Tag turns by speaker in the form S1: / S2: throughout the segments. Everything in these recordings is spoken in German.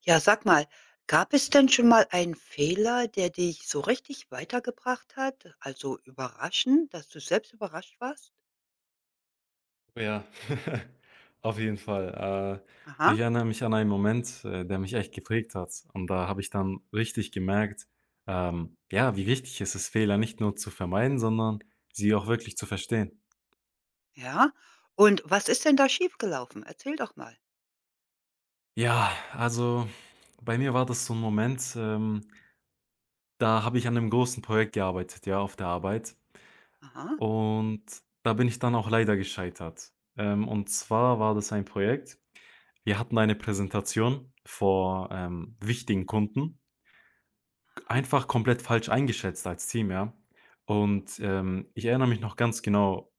S1: Ja, sag mal, gab es denn schon mal einen Fehler, der dich so richtig weitergebracht hat? Also überraschend, dass du selbst überrascht warst?
S2: Ja, auf jeden Fall. Ich
S1: Aha,
S2: erinnere mich an einen Moment, der mich echt geprägt hat. Und da habe ich dann richtig gemerkt, ja, wie wichtig es ist, Fehler nicht nur zu vermeiden, sondern sie auch wirklich zu verstehen.
S1: ja. Und was ist denn da schiefgelaufen? Erzähl doch mal.
S2: Ja, also bei mir war das so ein Moment, da habe ich an einem großen Projekt gearbeitet, ja, auf der Arbeit.
S1: Aha,
S2: Und da bin ich dann auch leider gescheitert. Und zwar war das ein Projekt. Wir hatten eine Präsentation vor wichtigen Kunden.
S1: aha.
S2: Einfach komplett falsch eingeschätzt als Team, ja. Und, ich erinnere mich noch ganz genau,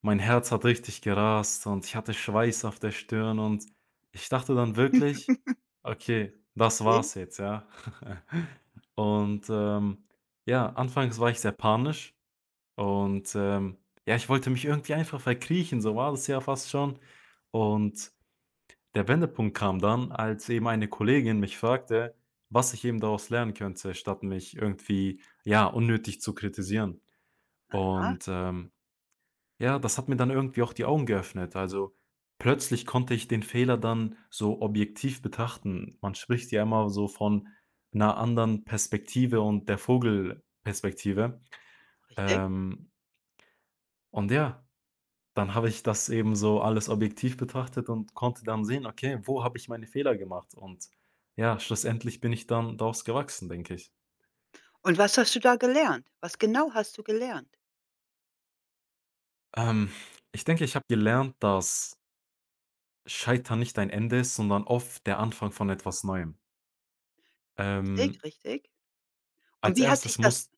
S2: mein Herz hat richtig gerast und ich hatte Schweiß auf der Stirn und ich dachte dann wirklich: „Okay, das war's jetzt“, ja. Und, ja, anfangs war ich sehr panisch und, ja, ich wollte mich irgendwie einfach verkriechen, so war das ja fast schon. Und der Wendepunkt kam dann, als eben eine Kollegin mich fragte, was ich eben daraus lernen könnte, statt mich irgendwie, ja, unnötig zu kritisieren.
S1: Ja,
S2: Und, ja, das hat mir dann irgendwie auch die Augen geöffnet. Also, plötzlich konnte ich den Fehler dann so objektiv betrachten. Man spricht ja immer so von einer anderen Perspektive und der Vogelperspektive.
S1: richtig.
S2: Ähm, und ja, dann habe ich das eben so alles objektiv betrachtet und konnte dann sehen: „Okay, wo habe ich meine Fehler gemacht?“ Und ja, schlussendlich bin ich dann daraus gewachsen, denke ich.
S1: Und was hast du da gelernt? Was genau hast du gelernt?
S2: Ähm, Ich denke, ich habe gelernt, dass Scheitern nicht ein Ende ist, sondern oft der Anfang von etwas Neuem. Ähm,
S1: Richtig, richtig. Und
S2: als
S1: wie hat
S2: erstes
S1: sich das
S2: muss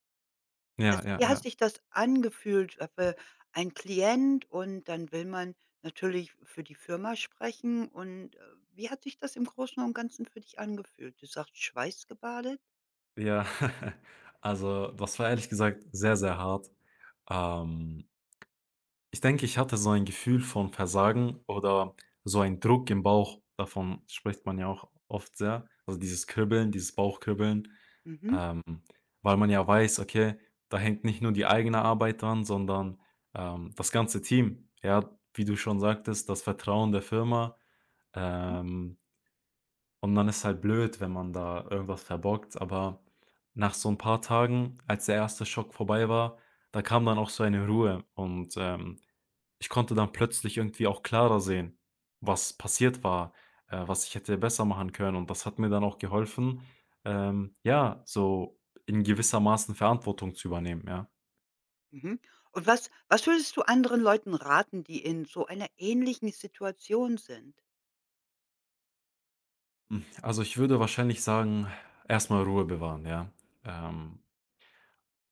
S2: Ja,
S1: Also,
S2: ja,
S1: wie hat
S2: ja.
S1: sich das angefühlt? Ein Klient und dann will man natürlich für die Firma sprechen und, wie hat sich das im Großen und Ganzen für dich angefühlt? Du sagst schweißgebadet?
S2: Ja, also, das war ehrlich gesagt sehr, sehr hart. Ähm Ich denke, ich hatte so ein Gefühl von Versagen oder so ein Druck im Bauch, davon spricht man ja auch oft sehr. Also dieses Kribbeln, dieses Bauchkribbeln,
S1: Mhm,
S2: ähm, weil man ja weiß, okay, da hängt nicht nur die eigene Arbeit dran, sondern das ganze Team. Ja, wie du schon sagtest, das Vertrauen der Firma.
S1: mhm,
S2: Ähm, und dann ist halt blöd, wenn man da irgendwas verbockt. Aber nach so ein paar Tagen, als der erste Schock vorbei war, da kam dann auch so eine Ruhe und ich konnte dann plötzlich irgendwie auch klarer sehen, was passiert war, was ich hätte besser machen können. Und das hat mir dann auch geholfen, ja, so in gewissermaßen Verantwortung zu übernehmen, ja.
S1: mhm. Und was würdest du anderen Leuten raten, die in so einer ähnlichen Situation sind?
S2: Hm, also, ich würde wahrscheinlich sagen, erstmal Ruhe bewahren, ja. Ähm,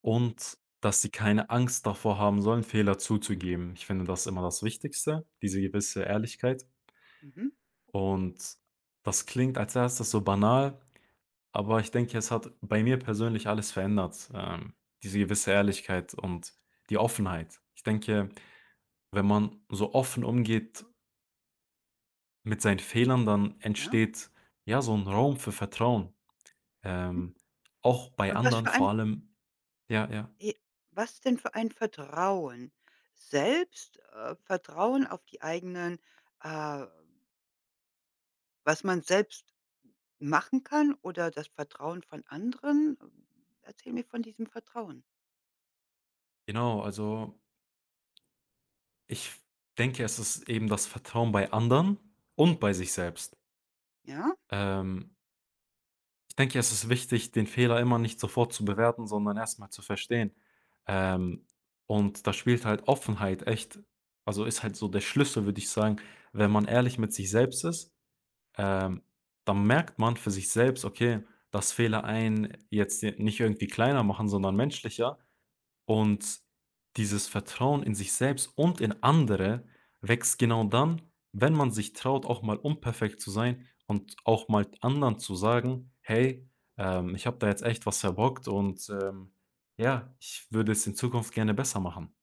S2: und dass sie keine Angst davor haben sollen, Fehler zuzugeben. Ich finde das immer das Wichtigste, diese gewisse Ehrlichkeit.
S1: Mhm,
S2: Und das klingt als Erstes so banal. Aber ich denke, es hat bei mir persönlich alles verändert, diese gewisse Ehrlichkeit und die Offenheit. Ich denke, wenn man so offen umgeht mit seinen Fehlern, dann
S1: ja,
S2: entsteht, ja, so ein Raum für Vertrauen,
S1: mhm.
S2: ähm, auch bei
S1: Und was
S2: anderen
S1: für ein
S2: vor allem. Ja, ja,
S1: e was denn für ein Vertrauen? Selbst Vertrauen auf die eigenen, äh was man selbst machen kann oder das Vertrauen von anderen. Erzähl mir von diesem Vertrauen,
S2: genau. Also, ich denke, es ist eben das Vertrauen bei anderen und bei sich selbst.
S1: ja?
S2: Ähm, Ich denke, es ist wichtig, den Fehler immer nicht sofort zu bewerten, sondern erstmal zu verstehen. Ähm, und da spielt halt Offenheit echt, also ist halt so der Schlüssel, würde ich sagen. Wenn man ehrlich mit sich selbst ist, ähm, dann merkt man für sich selbst: „Okay, dass Fehler einen jetzt nicht irgendwie kleiner machen, sondern menschlicher.“ Und dieses Vertrauen in sich selbst und in andere wächst genau dann, wenn man sich traut, auch mal unperfekt zu sein und auch mal anderen zu sagen: „Hey, ich habe da jetzt echt was verbockt und, ja, ich würde es in Zukunft gerne besser machen.“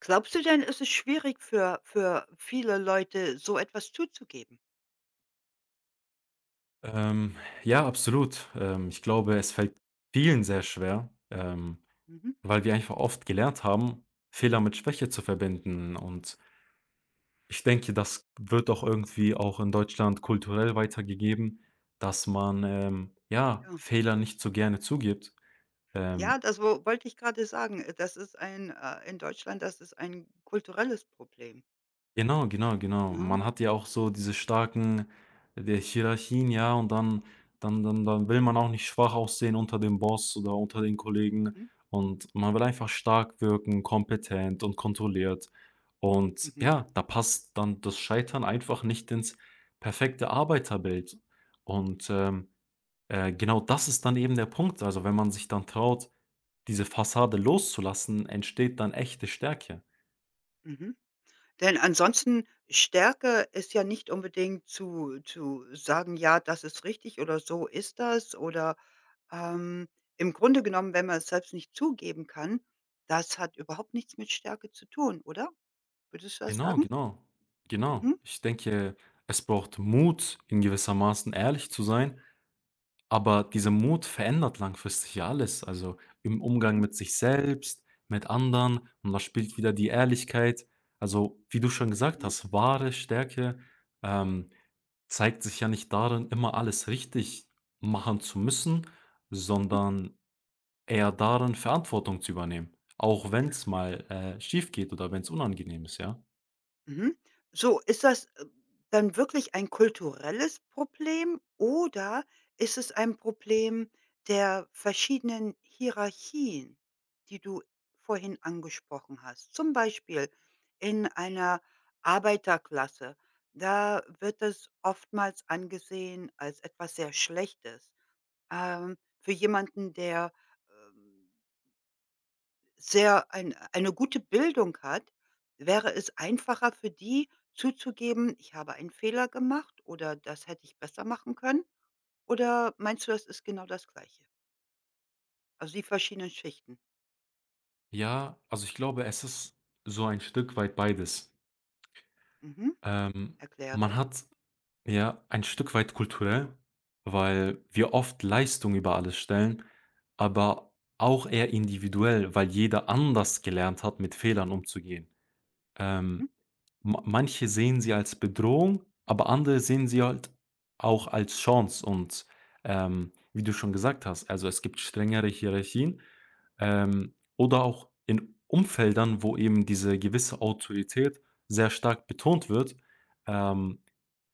S1: Glaubst du denn, es ist es schwierig für viele Leute, so etwas zuzugeben?
S2: Ähm, ja, absolut. Ich glaube, es fällt vielen sehr schwer,
S1: Mhm,
S2: weil wir einfach oft gelernt haben, Fehler mit Schwäche zu verbinden. Und ich denke, das wird auch irgendwie auch in Deutschland kulturell weitergegeben, dass man, ja,
S1: ja.
S2: Fehler nicht so gerne zugibt.
S1: Ja,
S2: Ähm,
S1: das wo wollte ich gerade sagen. Das ist ein in Deutschland, das ist ein kulturelles Problem,
S2: genau, genau, genau.
S1: ne?
S2: Man hat ja auch so diese der Hierarchien, ja, und dann will man auch nicht schwach aussehen unter dem Boss oder unter den Kollegen,
S1: Mhm,
S2: und man will einfach stark wirken, kompetent und kontrolliert. Und
S1: mhm,
S2: ja, da passt dann das Scheitern einfach nicht ins perfekte Arbeiterbild. Und, genau das ist dann eben der Punkt. Also, wenn man sich dann traut, diese Fassade loszulassen, entsteht dann echte Stärke.
S1: mhm. Denn ansonsten Stärke ist ja nicht unbedingt zu sagen: „Ja, das ist richtig“ oder „So ist das“, oder Ähm, im Grunde genommen, wenn man es selbst nicht zugeben kann, das hat überhaupt nichts mit Stärke zu tun, oder? Würdest du das
S2: Genau,
S1: sagen?
S2: genau.
S1: Mhm.
S2: Genau. Ich denke, es braucht Mut, in gewissermaßen ehrlich zu sein, aber dieser Mut verändert langfristig ja alles. Also im Umgang
S1: Mhm.
S2: mit sich selbst, mit anderen, und da spielt wieder die Ehrlichkeit. Also, wie du schon gesagt
S1: Ja.
S2: hast, wahre Stärke, ähm, zeigt sich ja nicht darin, immer alles richtig machen zu müssen, sondern eher darin, Verantwortung zu übernehmen, auch wenn es mal, schief geht oder wenn's unangenehm ist, ja?
S1: Mhm. So, ist das, dann wirklich ein kulturelles Problem oder ist es ein Problem der verschiedenen Hierarchien, die du vorhin angesprochen hast? Zum Beispiel in einer Arbeiterklasse, da wird es oftmals angesehen als etwas sehr Schlechtes. Für jemanden, der ähm sehr eine gute Bildung hat, wäre es einfacher für die zuzugeben: „Ich habe einen Fehler gemacht“ oder „das hätte ich besser machen können“? Oder meinst du, das ist genau das Gleiche? Also, die verschiedenen Schichten.
S2: Ja, also ich glaube, es ist so ein Stück weit beides.
S1: Mhm.
S2: Ähm,
S1: Erkläre.
S2: Man hat ja ein Stück weit kulturell, weil wir oft Leistung über alles stellen, aber auch eher individuell, weil jeder anders gelernt hat, mit Fehlern umzugehen. Ähm,
S1: Mhm.
S2: ma Manche sehen sie als Bedrohung, aber andere sehen sie halt auch als Chance und, wie du schon gesagt hast, also, es gibt strengere Hierarchien, oder auch in Umfeldern, wo eben diese gewisse Autorität sehr stark betont wird, ähm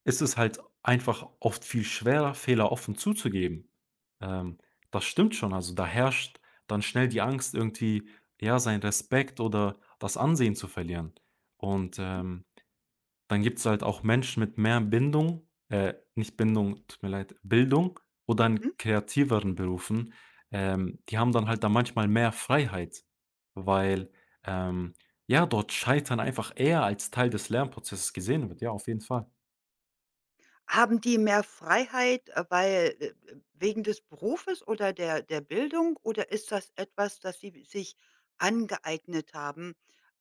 S2: ist es halt einfach oft viel schwerer, Fehler offen zuzugeben. Ähm, Das stimmt schon. Also, da herrscht dann schnell die Angst, irgendwie, ja, seinen Respekt oder das Ansehen zu verlieren. Und,
S1: Mhm.
S2: dann gibt es halt auch Menschen mit mehr Bindung, nicht Bindung, tut mir leid, Bildung, oder in
S1: Mhm.
S2: kreativeren Berufen, die haben dann halt da manchmal mehr Freiheit, weil, ähm, ja, dort Scheitern einfach eher als Teil des Lernprozesses gesehen wird. Ja, auf jeden Fall.
S1: Haben die mehr Freiheit, weil, wegen des Berufes oder der Bildung, oder ist das etwas, das sie sich angeeignet haben,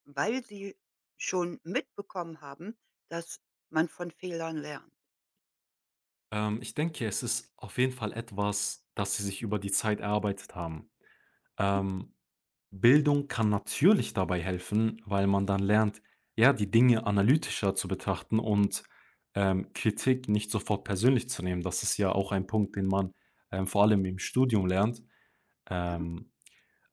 S1: weil sie schon mitbekommen haben, dass man von Fehlern lernt?
S2: Ich denke, es ist auf jeden Fall etwas, das sie sich über die Zeit erarbeitet haben. Ähm, Bildung kann natürlich dabei helfen, weil man dann lernt, ja, die Dinge analytischer zu betrachten und, Kritik nicht sofort persönlich zu nehmen. Das ist ja auch ein Punkt, den man, vor allem im Studium lernt. Ähm,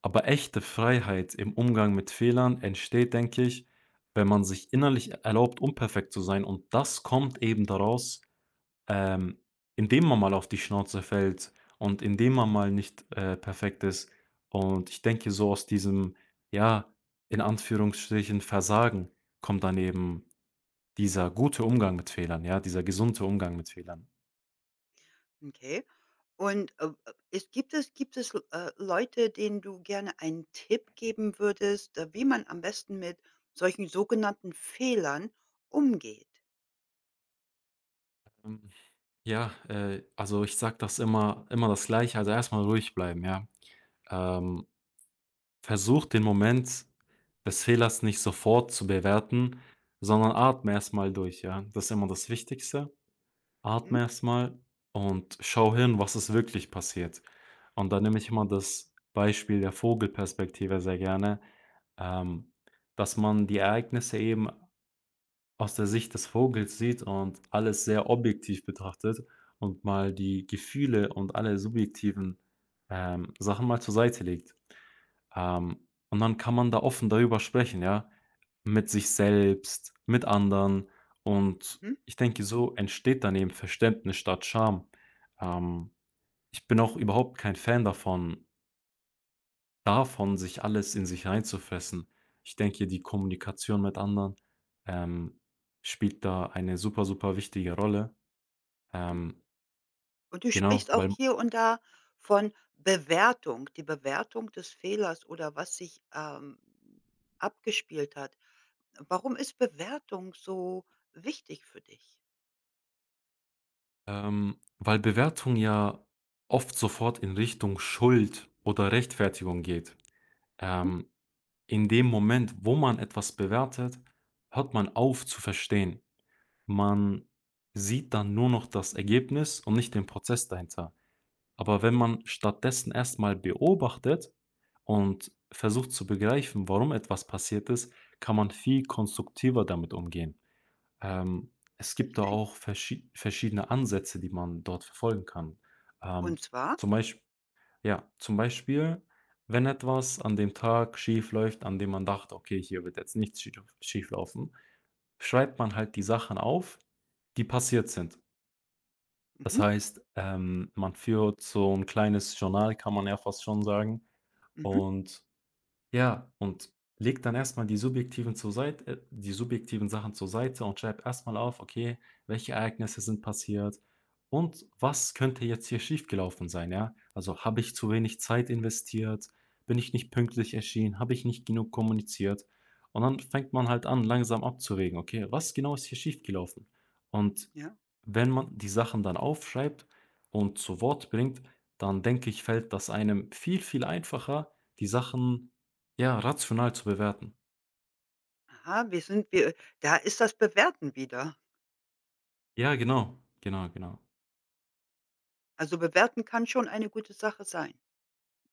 S2: aber echte Freiheit im Umgang mit Fehlern entsteht, denke ich, wenn man sich innerlich erlaubt, unperfekt zu sein, und das kommt eben daraus, ähm, indem man mal auf die Schnauze fällt und indem man mal nicht, perfekt ist. Und ich denke, so aus diesem, ja, in Anführungsstrichen Versagen kommt dann eben dieser gute Umgang mit Fehlern, ja, dieser gesunde Umgang mit Fehlern.
S1: Okay. Und, es gibt Leute, denen du gerne einen Tipp geben würdest, wie man am besten mit solchen sogenannten Fehlern umgeht?
S2: Ähm, ja, also ich sage das immer das Gleiche, also erstmal ruhig bleiben, ja. Ähm, Versucht den Moment des Fehlers nicht sofort zu bewerten, sondern atme erstmal durch, ja? Das ist immer das Wichtigste.
S1: Mhm.
S2: Atme erstmal und schau hin, was ist wirklich passiert. Und da nehme ich immer das Beispiel der Vogelperspektive sehr gerne, ähm, dass man die Ereignisse eben aus der Sicht des Vogels sieht und alles sehr objektiv betrachtet und mal die Gefühle und alle subjektiven, Sachen mal zur Seite legt. Und dann kann man da offen darüber sprechen, ja, mit sich selbst, mit anderen, und
S1: Mhm.
S2: ich denke, so entsteht dann eben Verständnis statt Scham. Ähm, Ich bin auch
S1: Mhm.
S2: überhaupt kein Fan davon, sich alles in sich reinzufressen. Ich denke, die Kommunikation mit anderen, ähm, spielt da eine super, super wichtige Rolle.
S1: Mhm.
S2: Ähm,
S1: Und du
S2: genau,
S1: sprichst auch
S2: weil
S1: hier und da von Bewertung, die Bewertung des Fehlers oder was sich, abgespielt hat. Warum ist Bewertung so wichtig für dich?
S2: ähm, weil Bewertung ja oft sofort in Richtung Schuld oder Rechtfertigung geht.
S1: Mhm,
S2: Ähm, in dem Moment, wo man etwas bewertet, hört man auf zu verstehen. Man sieht dann nur noch das Ergebnis und nicht den Prozess dahinter. Aber wenn man stattdessen erstmal beobachtet und versucht zu begreifen, warum etwas passiert ist, kann man viel konstruktiver damit umgehen. Ähm, Es gibt da
S1: richtig.
S2: auch verschiedene Ansätze, die man dort verfolgen kann. Ähm,
S1: Und zwar?
S2: zum Beispiel ja, Zum Beispiel, wenn etwas an dem Tag schief läuft, an dem man dachte: „Okay, hier wird jetzt nichts schief laufen“, schreibt man halt die Sachen auf, die passiert sind. Das
S1: Mhm,
S2: heißt, man führt so ein kleines Journal, kann man ja fast schon sagen,
S1: mhm,
S2: und ja, und leg dann erstmal die subjektiven Sachen zur Seite und schreib erstmal auf: „Okay, welche Ereignisse sind passiert und was könnte jetzt hier schiefgelaufen sein“, ja? Also, habe ich zu wenig Zeit investiert? Bin ich nicht pünktlich erschienen? Habe ich nicht genug kommuniziert? Und dann fängt man halt an, langsam abzuwägen: „Okay, was genau ist hier schiefgelaufen?“ Und
S1: ja.
S2: wenn man die Sachen dann aufschreibt und zu Wort bringt, dann denke ich, fällt das einem viel, viel einfacher, die Sachen, ja, rational zu bewerten.
S1: Aha, wir sind wir da ist das Bewerten wieder.
S2: Ja, genau, genau, genau.
S1: Also, bewerten kann schon eine gute Sache sein.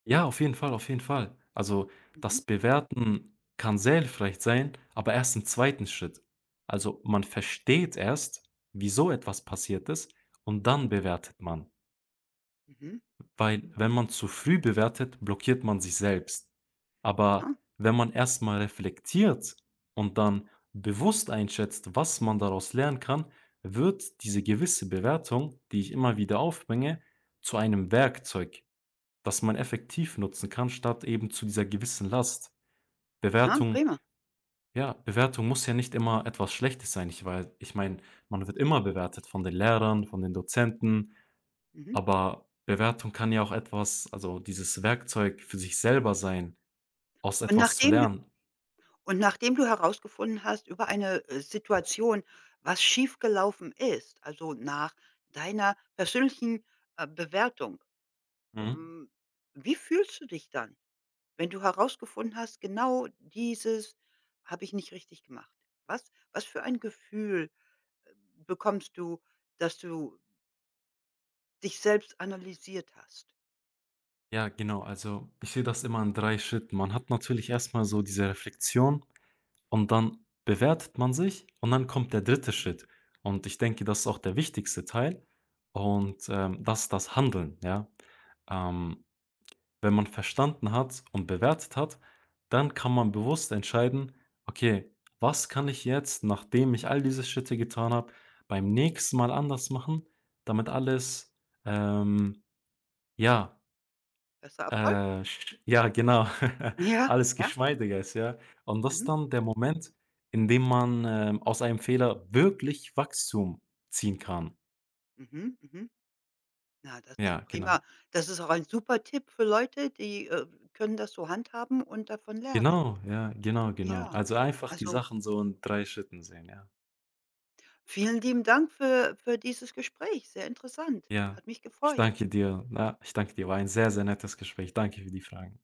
S2: Ja, auf jeden Fall, auf jeden Fall. Also, das
S1: Mhm,
S2: Bewerten kann sehr hilfreich sein, aber erst im zweiten Schritt. Also, man versteht erst, wieso etwas passiert ist, und dann
S1: mhm,
S2: bewertet man.
S1: mhm.
S2: Weil wenn man zu früh bewertet, blockiert man sich selbst.
S1: Ja,
S2: Aber wenn man erstmal reflektiert und dann bewusst einschätzt, was man daraus lernen kann, wird diese gewisse Bewertung, die ich immer wieder aufbringe, zu einem Werkzeug, das man effektiv nutzen kann, statt eben zu dieser gewissen Last.
S1: ja,
S2: Bewertung,
S1: prima,
S2: ja, Bewertung muss ja nicht immer etwas Schlechtes sein. Ich meine, man wird immer bewertet von
S1: richtig.
S2: den Lehrern, von den Dozenten.
S1: Mhm.
S2: Aber Bewertung kann ja auch etwas, also dieses Werkzeug für sich selber sein, aus
S1: Und
S2: etwas zu
S1: nachdem du
S2: lernen.
S1: Und nachdem du herausgefunden hast über eine, Situation, was schiefgelaufen ist, also nach deiner persönlichen, Bewertung,
S2: Mhm.
S1: hm, wie fühlst du dich dann, wenn du herausgefunden hast: „Genau dieses habe ich nicht richtig gemacht“? Was für ein Gefühl, äh, bekommst du, dass du dich selbst analysiert hast?
S2: Ja, genau. Also, ich sehe das immer in 3 Schritten. Man hat natürlich erstmal so diese Reflexion, und dann bewertet man sich, und dann kommt der dritte
S1: Mhm.
S2: Schritt. Und ich denke, das ist auch der wichtigste Teil, und, das ist das Handeln, ja. Ähm Wenn man verstanden hat und bewertet hat, dann kann man bewusst entscheiden: „Okay, was kann ich jetzt, nachdem ich all diese Schritte getan habe, beim nächsten Mal anders machen, damit alles, ähm, ja,
S1: Besser Erfolg?
S2: ja, genau,
S1: Ja,
S2: alles
S1: ja.
S2: geschmeidiger ist“, ja? Und das ist
S1: Mhm.
S2: dann der Moment, in dem man, aus einem Fehler wirklich Wachstum ziehen kann.
S1: Mhm. Mhm. Na, das ist
S2: Ja, genau.
S1: prima. Das ist auch ein super Tipp für Leute, die, können das so handhaben und davon lernen.
S2: Genau, ja, genau, genau.
S1: Ja.
S2: Also, einfach die
S1: Also,
S2: Sachen so in 3 Schritten sehen, ja.
S1: vielen lieben Dank für dieses Gespräch. Sehr interessant.
S2: Ja,
S1: Hat mich
S2: ich
S1: gefreut.
S2: danke dir. Na, ich danke dir. War ein sehr, sehr nettes Gespräch. Danke für die Fragen.